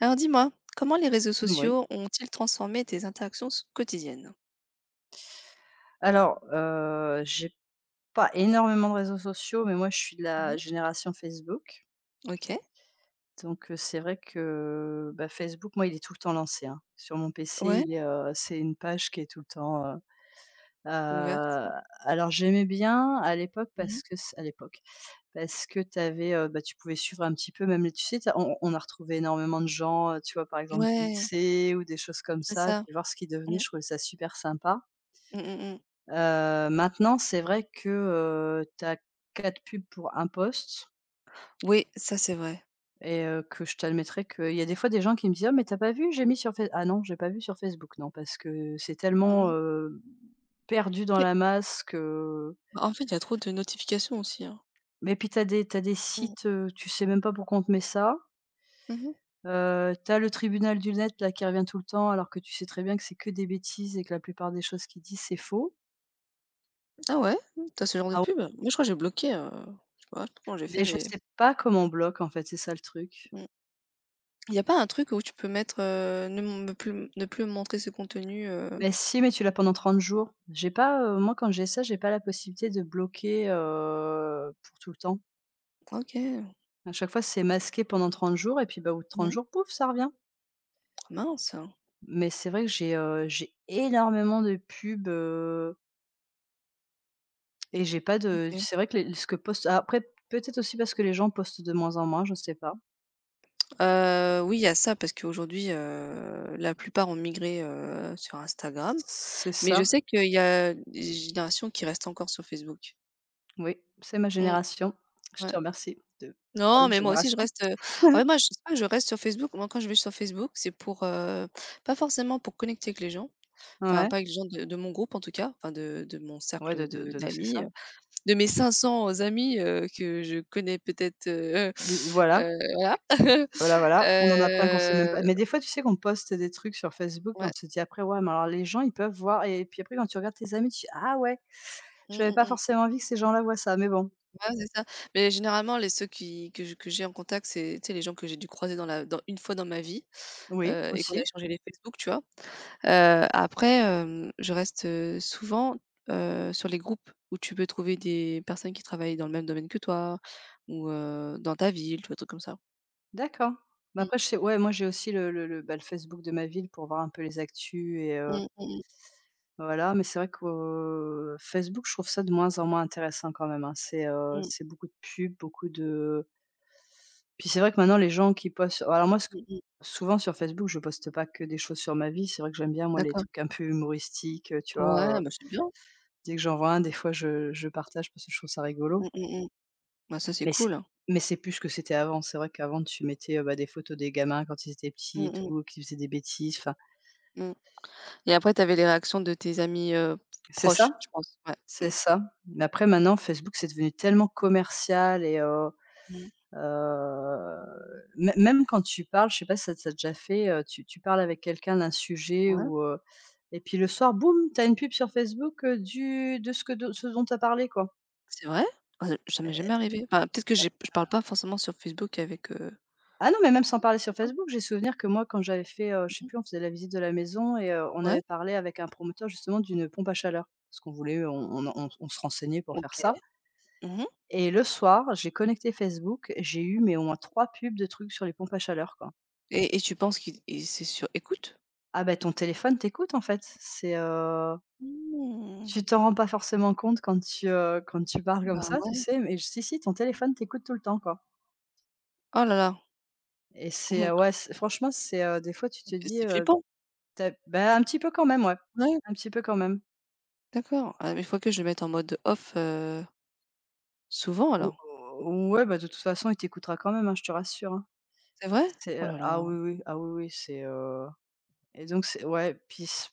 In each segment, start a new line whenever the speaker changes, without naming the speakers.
Alors dis-moi, comment les réseaux
Oui.
sociaux ont-ils transformé tes interactions quotidiennes?
Alors, j'ai pas énormément de réseaux sociaux, mais moi je suis de la
Mhm.
génération Facebook.
Ok,
Donc, c'est vrai que, bah, Facebook, moi, il est tout le temps lancé, hein. Sur mon PC,
ouais,
il est, c'est une page qui est tout le temps, heu,
ouverte.
alors j'aimais bien à l'époque
Mhm.
parce que c à l'époque, parce que tu avais, bah, tu pouvais suivre un petit peu même les tu sais, tu on a retrouvé énormément de gens, tu vois, par exemple du
Ouais,
lycée ou des choses comme
c'est
ça,
ça.
puis voir ce qu'ils devenaient,
Mm,
je trouvais ça super sympa.
mm, mm, mm.
Maintenant, c'est vrai que, tu as 4 pubs pour un poste
Oui, ça c'est vrai.
et que je t'admettrai qu'il y a des fois des gens qui me disent: «Ah mais tu as pas vu? J'ai mis sur Face.» «Ah non, j'ai pas vu sur Facebook, non», parce que c'est
Mm,
tellement,
mm.
perdu dans
Après,
la masse que
bah, en fait, il y a trop de notifications aussi, hein.
mais puis tu as des
Mm.
sites, tu sais même pas pourquoi on te met ça.
Mhm.
Tu as le tribunal du net là qui revient tout le temps alors que tu sais très bien que c'est que des bêtises et que la plupart des choses qu'ils disent, c'est faux.
Ah ouais, mm, t'as ce genre de
Ah ouais,
pub? Moi, je crois que j'ai bloqué, je sais pas comment j'ai
mais
fait,
je
mais
sais pas comment on bloque en fait, c'est ça le truc.
il n'y a pas un truc où tu peux mettre ne, m- me plus, ne plus me montrer ce contenu,
Mais si, mais tu l'as pendant 30 jours. J'ai pas, moi quand j'ai ça, j'ai pas la possibilité de bloquer, pour tout le temps.
ok,
À chaque fois, c'est masqué pendant 30 jours et puis, bah, au bout de 30
mhm.
jours, pouf, ça revient.
Mince.
Mais c'est vrai que j'ai énormément de pubs, et j'ai pas de
Ok.
c'est vrai que les ce que poste après peut-être aussi parce que les gens postent de moins en moins, je sais pas.
Oui, il y a ça parce qu'aujourd'hui, la plupart ont migré, sur Instagram.
C'est
Mais
ça,
je sais qu'il y a des générations qui restent encore sur Facebook.
oui, c'est ma
Mmh,
génération. Je te
ouais.
remercie de
Non,
parler de
mais moi aussi je
génération.
reste, en fait moi je sais pas, je reste sur Facebook. Moi quand je vais sur Facebook, c'est pour, pas forcément pour connecter avec les gens, enfin
Ouais,
pas avec les gens de mon groupe en tout cas, enfin de mon
ouais,
cercle de
de c'est
d'amis,
ça.
de mes 500 amis, que je connais peut-être, heu,
Voilà.
voilà.
Voilà, voilà, on en a plein qu'on sait même
Heu,
pas mais des fois, tu sais qu'on poste des trucs sur Facebook et on
ouais.
se dit après: «Ouais, mais alors les gens, ils peuvent voir», et puis après, quand tu regardes tes amis, tu dis: «Ah ouais,
Mmh,
j'avais
mmh
pas
mh.
forcément envie que ces gens-là voient ça», mais bon.
Ouais, c'est ça. Mais généralement, les ceux qui que j'ai en contact, c'est, tu sais, les gens que j'ai dû croiser dans la dans une fois dans ma vie,
Oui,
et qu'on a
aussi.
échangé les Facebook, tu vois? Après, hem, je reste, souvent, sur les groupes où tu peux trouver des personnes qui travaillent dans le même domaine que toi ou dans ta ville, tu vois? Trucs comme ça.
D'accord. Bah,
Mmh.
après, je sais ouais, moi, j'ai aussi bah, le Facebook de ma ville pour voir un peu les actus et,
Mmh, mmh mh.
voilà, mais c'est vrai que, Facebook, je trouve ça de moins en moins intéressant quand même, hein.
Mmh.
C'est beaucoup de pubs, beaucoup de… Puis c'est vrai que maintenant les gens qui postent alors moi, ce que
Mmh.
souvent sur Facebook, je poste pas que des choses sur ma vie. C'est vrai que j'aime bien moi les
D'accord.
trucs un peu humoristiques, tu vois?
Ouais, bah, c'est bien.
Dès que j'en vois un, des fois je partage parce que je trouve ça
Mmh,
rigolo.
mmh mh. Bah, ça, c'est
Mais c'est
cool.
mais c'est plus ce que c'était avant. C'est vrai qu'avant tu mettais, bah, des photos des gamins quand ils étaient petits
Mmh,
et
mmh,
tout, qui faisaient des bêtises, enfin
mmh, et après, tu avais les réactions de tes amis,
c'est ça,
proches, je pense. Ouais.
c'est
Mmh.
ça. Mais après maintenant, Facebook, c'est devenu tellement commercial et
Mmh.
Heu, mê même quand tu parles, je sais pas si ça t'a déjà fait, tu parles avec quelqu'un d'un sujet
Ouais.
et puis le soir, boum, t'as une pub sur Facebook, du de ce que de ce dont tu parlé, quoi.
C'est vrai? Ah, ça m'est jamais arrivé. Enfin, peut-être que j'ai je parle pas forcément sur Facebook avec,
Ah non, mais même sans parler sur
les gens.
Facebook, j'ai souvenir que moi, quand j'avais fait, je sais
Mmh.
plus, on faisait la visite de la maison et, on
Ouais,
avait parlé avec un promoteur justement d'une pompe à chaleur. Parce qu'on voulait on se renseignait pour faire
OK.
ça
Mmh,
et le soir, j'ai connecté Facebook, j'ai eu, mais au moins 3 pubs de trucs sur les pompes à chaleur, quoi.
et tu penses qu'ils c'est sur écoute?
Ah, ben ton téléphone t'écoute, en fait.
Mmh.
Tu t'en rends pas forcément compte quand tu parles comme
Bah,
ça, tu
ouais.
sais? Mais si, si, ton téléphone t'écoute tout le temps, quoi,
Oh là là.
et c'est,
Mhm.
ouais, c'est franchement, c'est, des fois, tu te
C'est
dis,
c'est flippant.
tu bah, un petit peu quand même, ouais.
Ouais,
Un petit peu quand même.
d'accord. Ah, mais il faut que je le mette en mode off, souvent
Ou
alors.
ou ouais, bah, de toute façon, il t'écoutera quand même, hein, je te rassure, hein.
C'est vrai? Oh là
Ah
là.
oui, oui, ah oui, oui, et donc c'est ouais, puis c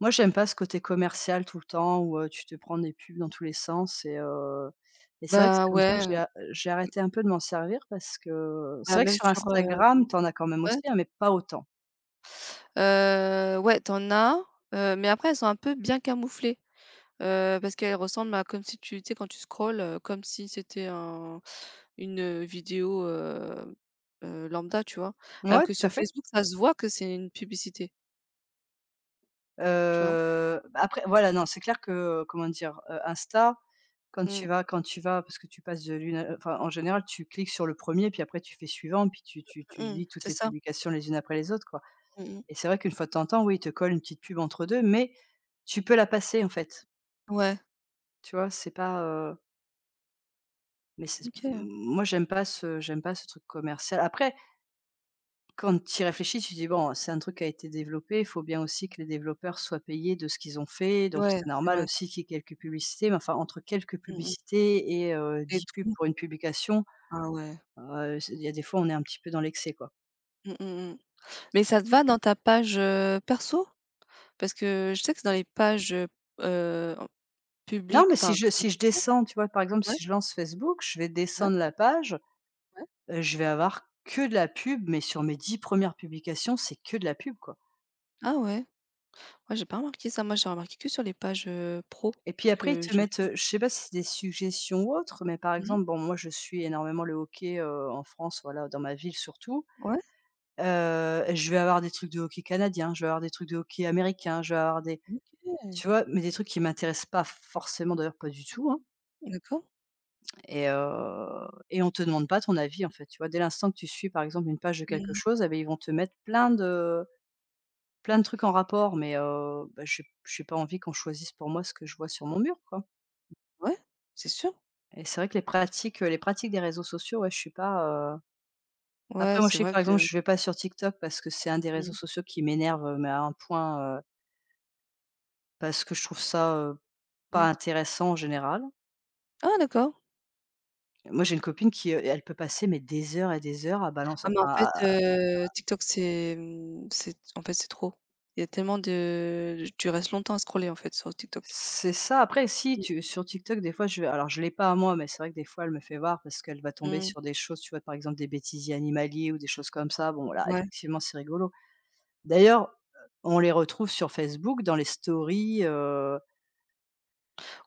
moi j'aime pas ce côté commercial tout le temps où, tu te prends des pubs dans tous les sens et, et c'est vrai que c'est
Bah,
comme ça que
ouais,
j'ai arrêté un peu de m'en servir parce que
bah,
c'est vrai que
même
sur
sur,
Instagram, t'en as quand même
ouais,
aussi, hein, mais pas autant.
ouais, t'en as, mais après elles sont un peu bien camouflées, parce qu'elles ressemblent à comme si tu sais, quand tu scrolles, comme si c'était un, une, vidéo, lambda, tu vois? Alors
Ouais,
que
tout à
sur
fait.
Facebook, ça se voit que c'est une publicité, tu vois?
Bah, après voilà, non, c'est clair que, comment dire? Insta,
Mmh.
quand tu vas parce que tu passes de l'une à enfin, en général, tu cliques sur le premier, puis après tu fais suivant puis tu
Mmh.
lis toutes
C'est
les
ça.
publications les unes après les autres, quoi.
Mmh mh.
Et c'est vrai qu'une fois de temps en temps, oui, ils te collent une petite pub entre 2, mais tu peux la passer, en fait.
Ouais.
Tu vois? C'est pas, mais
OK.
moi, j'aime pas ce truc commercial. Après, quand tu y réfléchis, tu dis: «Bon, c'est un truc qui a été développé, il faut bien aussi que les développeurs soient payés de ce qu'ils ont fait, donc
Ouais,
c'est
c'est
normal
vrai.
aussi qu'il y ait quelques publicités.» Mais enfin, entre quelques
Mmh mh.
publicités et,
Les
10 pubs
trous.
pour une publication,
Ah ouais.
c'est il y a des fois, on est un petit peu dans l'excès, quoi.
Mmh mh mh. Mais ça te va dans ta page, perso? Parce que je sais que c'est dans les pages, en
Non,
publiques
mais
enfin,
si je
ouais,
descends, tu vois? Par exemple,
ouais,
si je lance Facebook, je vais
ouais,
descendre la page.
ouais.
Je vais avoir que de la pub, mais sur mes 10 premières publications, c'est que de la pub, quoi.
Ah ouais? Ouais, j'ai pas remarqué ça. Moi, j'ai remarqué que sur les pages, pro
Et puis après, ils
que
te
je
mettent, je sais pas si c'est des suggestions ou autres, mais par
mmh.
exemple, bon, moi, je suis énormément le hockey, en France, voilà, dans ma ville surtout.
Ouais.
Je vais avoir des trucs de hockey canadien, je vais avoir des trucs de hockey américain, je vais avoir des
OK.
tu vois? Mais des trucs qui m'intéressent pas forcément, d'ailleurs pas du tout, hein,
D'accord.
et heu et on te demande pas ton avis, en fait, tu vois? Dès l'instant que tu suis, par exemple, une page de quelque
Mmh.
chose, eh beh, ils vont te mettre plein de trucs en rapport, mais bah, j'ai pas envie qu'on choisisse pour moi ce que je vois sur mon mur, quoi,
Ouais, c'est sûr.
et c'est vrai que les pratiques des réseaux sociaux, ouais, je suis pas, après
Ouais,
moi, je
c'est
sais que,
vrai
par
que
exemple, je vais pas sur TikTok parce que c'est un des réseaux
mmh
sociaux qui m'énerve, mais à un point, parce que je trouve ça,
mh.
pas intéressant en général.
Ah d'accord!
Moi, j'ai une copine qui, elle peut passer mais des heures et des heures à balancer
Ah mais en
enfin
fait,
à
TikTok c'est, mmh, c'est en fait, c'est trop. Il y a tellement de tu restes longtemps à scroller, en fait, sur TikTok.
c'est ça. Après, si
Mmh
tu sur TikTok, des fois, je vais alors je l'ai pas à moi, mais c'est vrai que des fois, elle me fait voir parce qu'elle va tomber
mh,
sur des choses, tu vois? Par exemple, des bêtisiers animaliers ou des choses comme ça. Bon, voilà,
ouais.
effectivement, c'est rigolo. D'ailleurs, on les retrouve sur Facebook dans les stories,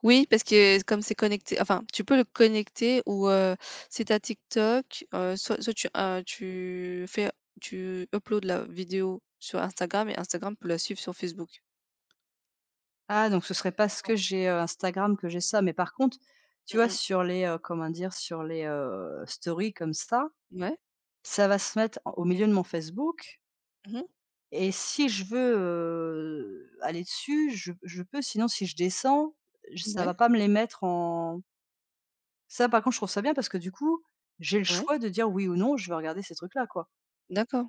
Oui, parce que comme c'est connecté enfin, tu peux le connecter ou si tu as TikTok, soit tu fais, tu uploads la vidéo sur Instagram et Instagram peut la suivre sur Facebook.
ah donc ce serait parce que j'ai, Instagram que j'ai ça, mais par contre, tu
Mmh
vois?
mh.
Sur les, comment dire? Sur les, stories comme ça,
Ouais.
ça va se mettre en au milieu de mon Facebook.
Mmh mh.
Et si je veux, aller dessus, je peux, sinon si je descends, j ça
Ouais,
va pas me les mettre en, ça par contre je trouve ça bien parce que du coup, j'ai le
ouais.
choix de dire oui ou non, je vais regarder ces trucs-là quoi.
D'accord.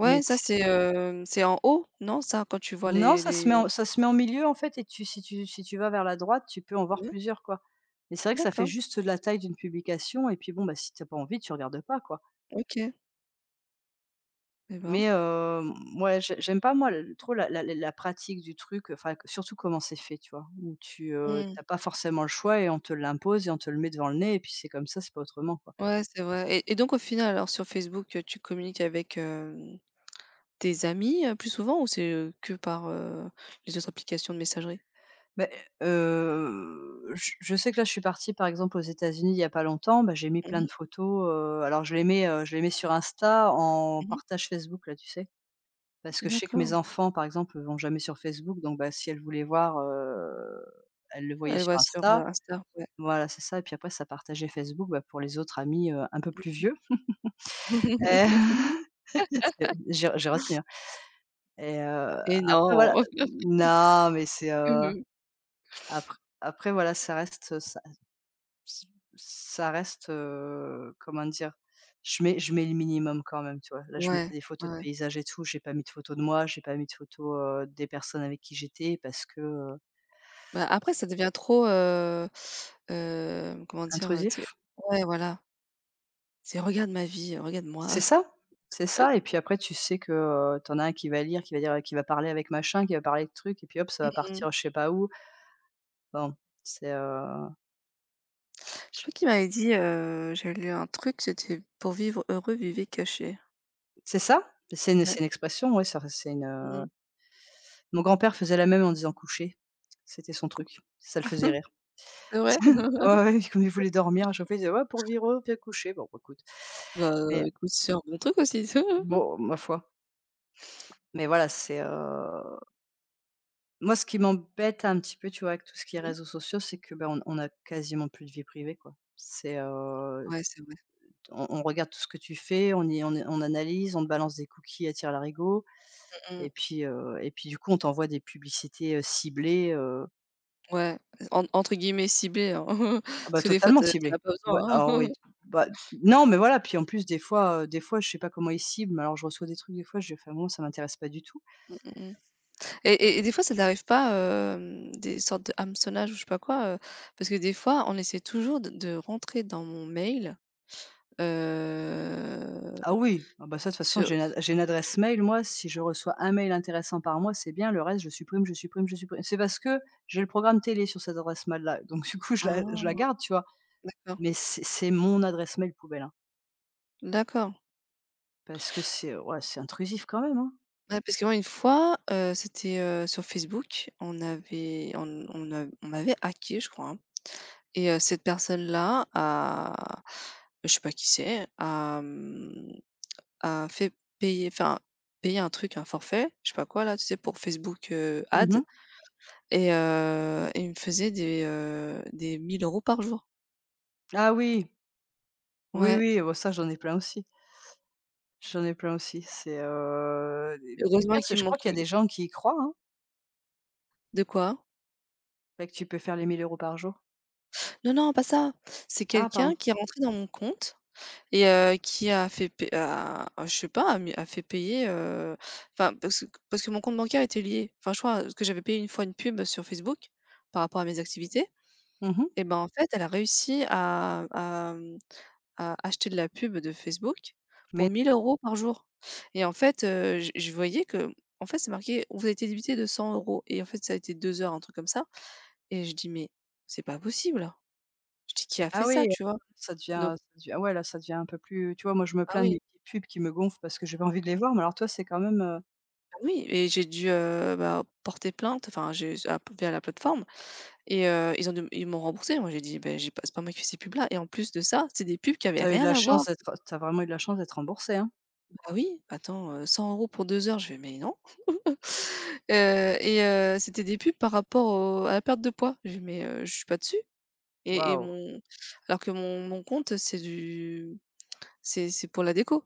Mais
ça
t
c'est, hem, c'est en haut, non ça? Quand tu vois
non,
les
ça se met en milieu en fait et tu si tu vas vers la droite, tu peux en voir
ouais?
plusieurs quoi. Mais c'est vrai que ça fait
D'accord,
juste la taille d'une publication et puis bon, bah, si t'as pas envie, tu regardes pas quoi.
OK. Et
Mais
ben.
hem, ouais, j'aime pas moi le trop la la la pratique du truc, enfin, surtout comment c'est fait, tu vois? Où tu,
Mmh.
tu pas forcément le choix et on te l'impose et on te le met devant le nez et puis c'est comme ça, c'est pas autrement, quoi.
Ouais, c'est vrai, et donc au final alors sur Facebook, tu communiques avec, hem, tes amis, plus souvent ou c'est, que par, les autres applications de messagerie?
Mais, je sais que là, je suis partie, par exemple, aux États-Unis il y a pas longtemps, bah, j'ai mis
Mmh
plein
mh.
de photos, alors je les mets sur Insta en
Mmh.
partage Facebook, là, tu sais? Parce que je sais que mes
D'accord.
enfants, par exemple, vont jamais sur Facebook, donc bah, si elles voulaient voir, elles le voyaient
Elle
sur
voit sur,
Insta.
Insta, ouais.
Voilà, c'est ça et puis après ça partageait Facebook, bah, pour les autres amis, un peu plus vieux et c'est j'ai retenu, hein. Et
Et
après voilà,
non!
non, mais c'est,
Mmh.
après voilà, ça reste ça, ça reste, comment dire? Je mets le minimum quand même, tu vois? Là, je
Ouais,
mettais des photos de
ouais.
paysages et tout, j'ai pas mis de photos de moi, j'ai pas mis de photos, des personnes avec qui j'étais parce que,
Bah, après ça devient trop, hem, comment dire? Tu sais,
intrusif.
ouais, voilà. C'est: «Regarde ma vie, regarde-moi».
C'est ça, c'est ça et puis après tu sais que, tu as un qui va lire, qui va dire, qui va parler avec machin, qui va parler de trucs et puis hop, ça va
Mmh.
partir je sais pas où. Bon, c'est,
Je sais
j
pas qui m'avait dit, j'avais lu un truc, c'était: «Pour vivre heureux, vivez caché».
c'est ça, c'est une
Ouais.
c'est une expression, ouais, ça c'est une,
Mmh
heu.
mh.
Mon grand-père faisait la même en disant: coucher. C'était son
Cou,
truc, ça le faisait rire.
c'est vrai?
Ouais, ouais, comme il voulait dormir à
Couché.
chaque fois, il disait: «Ouais, pour vivre heureux, bien couché». Bon, bah, écoute,
Bah,
mais
écoute, c'est un bon truc aussi.
bon, ma foi, mais voilà, c'est, heu. Moi, ce qui m'embête un petit peu, tu vois, avec tout ce qui est
Oui,
réseaux sociaux, c'est que, ben on a quasiment plus de vie privée, quoi. C'est,
ouais, c'est vrai.
on regarde tout ce que tu fais, on y on analyse, on te balance des cookies à tire-larigot
Mmh mh.
et puis, heu, et puis, du coup, on t'envoie des publicités, ciblées, heu.
Ouais, en entre guillemets «ciblé», hein.
Ah bah,
Parce que des fois,
totalement
tu en as
ciblées.
pas
Ouais,
besoin,
ah
hein.
oui, bah, non, mais voilà, puis en plus, des fois, je sais pas comment ils ciblent, mais alors je reçois des trucs, des fois, je fais: «Moi, ça m'intéresse pas du tout».
Mmh mh, et des fois, ça t'arrive pas, hem, des sortes de hameçonnages ou je sais pas quoi, heu? Parce que des fois, on essaie toujours de rentrer dans mon mail, heu,
Ah oui, ah bah, ça de toute façon
sur
j'ai une adresse mail moi, si je reçois un mail intéressant par mois, c'est bien, le reste je supprime, je supprime, je supprime. C'est parce que j'ai le programme télé sur cette adresse mail là, donc du coup je la
ah!
garde, tu vois?
D'accord,
Mais c'est mon adresse mail poubelle, hein,
d'accord.
parce que c'est, ouais, c'est intrusif quand même, hein.
Ouais, parce que moi, une fois, c'était, sur Facebook, on avait on a on m'avait hacké je crois, hein, et cette personne-là a, je sais pas qui c'est, a, mmh, a fait payer enfin, payer un truc, un forfait, je sais pas quoi là, tu sais, pour Facebook, Ads,
Mmh.
et heu, et il me faisait des 1 000 euros par jour.
Ah oui, oui,
Ouais,
oui, bon ça j'en ai plein aussi, j'en ai plein aussi. C'est, et puis le
heureusement
pire c'est que
qu'il
je crois qu'il y a
manquait
des gens qui y croient, hein,
de quoi?
fait que tu peux faire les 1 000 € par jour.
Non, non, pas ça. C'est
Ah
quelqu'un
pardon.
qui est rentré dans mon compte. Et qui a fait je sais pas, a fait payer, enfin parce que mon compte bancaire était lié. Enfin je crois, que j'avais payé une fois une pub sur Facebook, par rapport à mes activités,
Mmh.
et ben, en fait, elle a réussi à, mmh, à acheter de la pub de Facebook pour
Mais.
1 000 euros par jour, et en fait, je voyais que, en fait, c'est marqué: «Vous avez été débité de 100 euros, et en fait, ça a été 2 heures», un truc comme ça, et je dis: «Mais c'est pas possible!» Je dis: «Qui a
Ah
fait
oui,
ça?» Tu vois?
ça devient
Donc,
ça devient ouais, là, ça devient un peu plus tu vois, moi, je me
ah
plains de
oui.
mes petites pubs qui me gonflent parce que j'ai pas envie de les voir, mais alors toi, c'est quand même,
Oui, et j'ai dû, bah, porter plainte, enfin j'ai s via la plateforme, et ils ont dû ils m'ont remboursé. Moi j'ai dit: ben j'ai pas c'est pas moi qui fais ces pubs-là», et en plus de ça, c'est des pubs qui avaient rien à voir.
tu as vraiment eu de la chance d'être remboursée, hein?
Bah oui, attends, 100 euros pour 2 heures, je vais «Mais non». C'était des pubs par rapport au à la perte de poids. Je fais: «Mais, je suis pas dessus»,
Waouh,
mon, alors que mon compte c'est du, c'est pour la déco,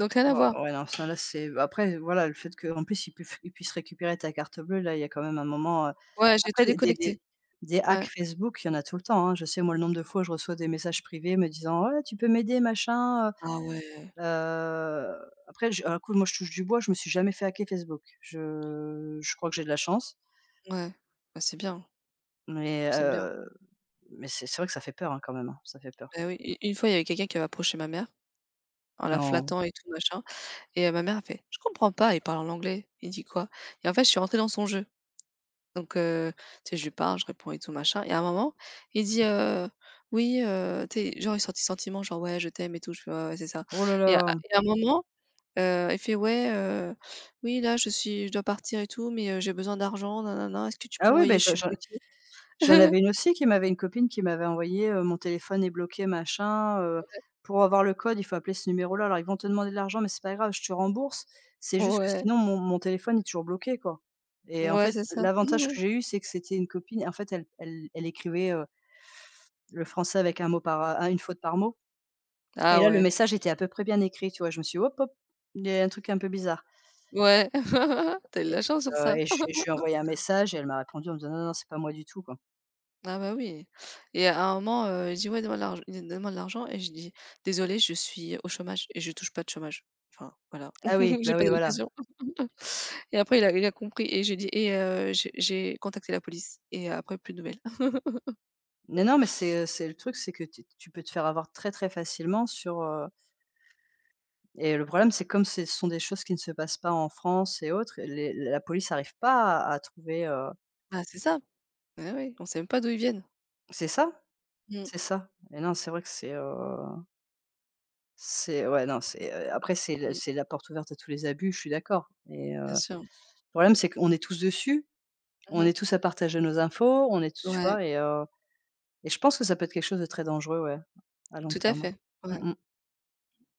donc rien à voir.
waouh, ouais, non, ça, là, c'est bah, après, voilà, le fait qu'en plus, ils puissent récupérer ta carte bleue, là, il y a quand même un moment, heu.
Ouais, j'ai
Après
tout
des des
déconnecté.
des des hacks
Ouais.
Facebook, il y en a tout le temps, hein. Je sais, moi, le nombre de fois où je reçois des messages privés me disant: «Ouais, tu peux m'aider, machin, heu».
Ah ouais,
heu, après, je un coup, moi, je touche du bois, je me suis jamais fait hacker Facebook. Je crois que j'ai de la chance.
ouais. Bah, c'est bien,
Mais
c'est bien.
heu, mais c'est vrai que ça fait peur, hein, quand même, hein, ça fait peur.
Bah oui, u une fois, il y avait quelqu'un qui avait approché ma mère, en la
Non.
flattant et tout machin, et ma mère a fait: «Je comprends pas, il parle en anglais, il dit quoi?», et en fait, je suis rentrée dans son jeu, donc tu sais, je lui parle, je réponds et tout machin, et à un moment, il dit, «Oui, tu sais, genre il sortit des sentiments, genre: «Ouais, je t'aime et tout», je fais: «Ouais, ouais, c'est ça»,
Oh là
et
là.
à un moment, il fait: «Ouais, oui, là, je dois partir et tout mais j'ai besoin d'argent, nanana, est-ce que tu
Ah
peux
oui, beh,
envoyer? Je
je
suis
j'en
bloquée».
j'en avais une aussi qui m'avait une copine qui m'avait envoyé, «Mon téléphone est bloqué, machin, pour avoir le code, il faut appeler ce numéro-là. Alors ils vont te demander de l'argent, mais c'est pas grave, je te rembourse. C'est juste que
Ouais,
sinon mon téléphone est toujours bloqué, quoi», et en
ouais,
fait,
c'est ça.
l'avantage que j'ai eu, c'est que c'était une copine en fait, elle écrivait, le français avec un mot par a une faute par mot et
Ah
là, le
ouais,
message était à peu près bien écrit, tu vois? Je me suis dit: «Hop, hop, il y a un truc un peu bizarre».
ouais, t'as eu de la chance sur ça.
Et je lui ai envoyé un message et elle m'a répondu en me disant: «Non, non, c'est pas moi du tout», quoi.
Ah bah oui, et à un moment, il dit: «Ouais, donne-moi de l'argent», et je dis: «Désolé, je suis au chômage et je touche pas de chômage». Enfin voilà,
Ah oui,
j'ai
bah,
pas
oui, voilà.
d'allocation. Et après il a, il a compris et j'ai dit: «Et j'ai contacté la police», et après plus de nouvelles.
Non, non, mais c'est le truc, c'est que tu peux te faire avoir très, très facilement sur, heu. Et le problème, c'est comme c'est ce sont des choses qui ne se passent pas en France et autres, les la police arrive pas à trouver, heu.
Ah c'est ça, ouais ouais, on sait même pas d'où ils viennent.
C'est ça,
Mmh,
c'est ça et non, c'est vrai que c'est ouais, non, c'est, après c'est le
mmh,
c'est la porte ouverte à tous les abus, je suis d'accord et
bien
le
sûr.
problème, c'est qu'on est tous dessus, on
Mmh.
est tous à partager nos infos, on est tous tu
Ouais,
vois et heu. Et je pense que ça peut être quelque chose de très dangereux, ouais, à long
tout à
terme.
fait, ouais.
Mmh.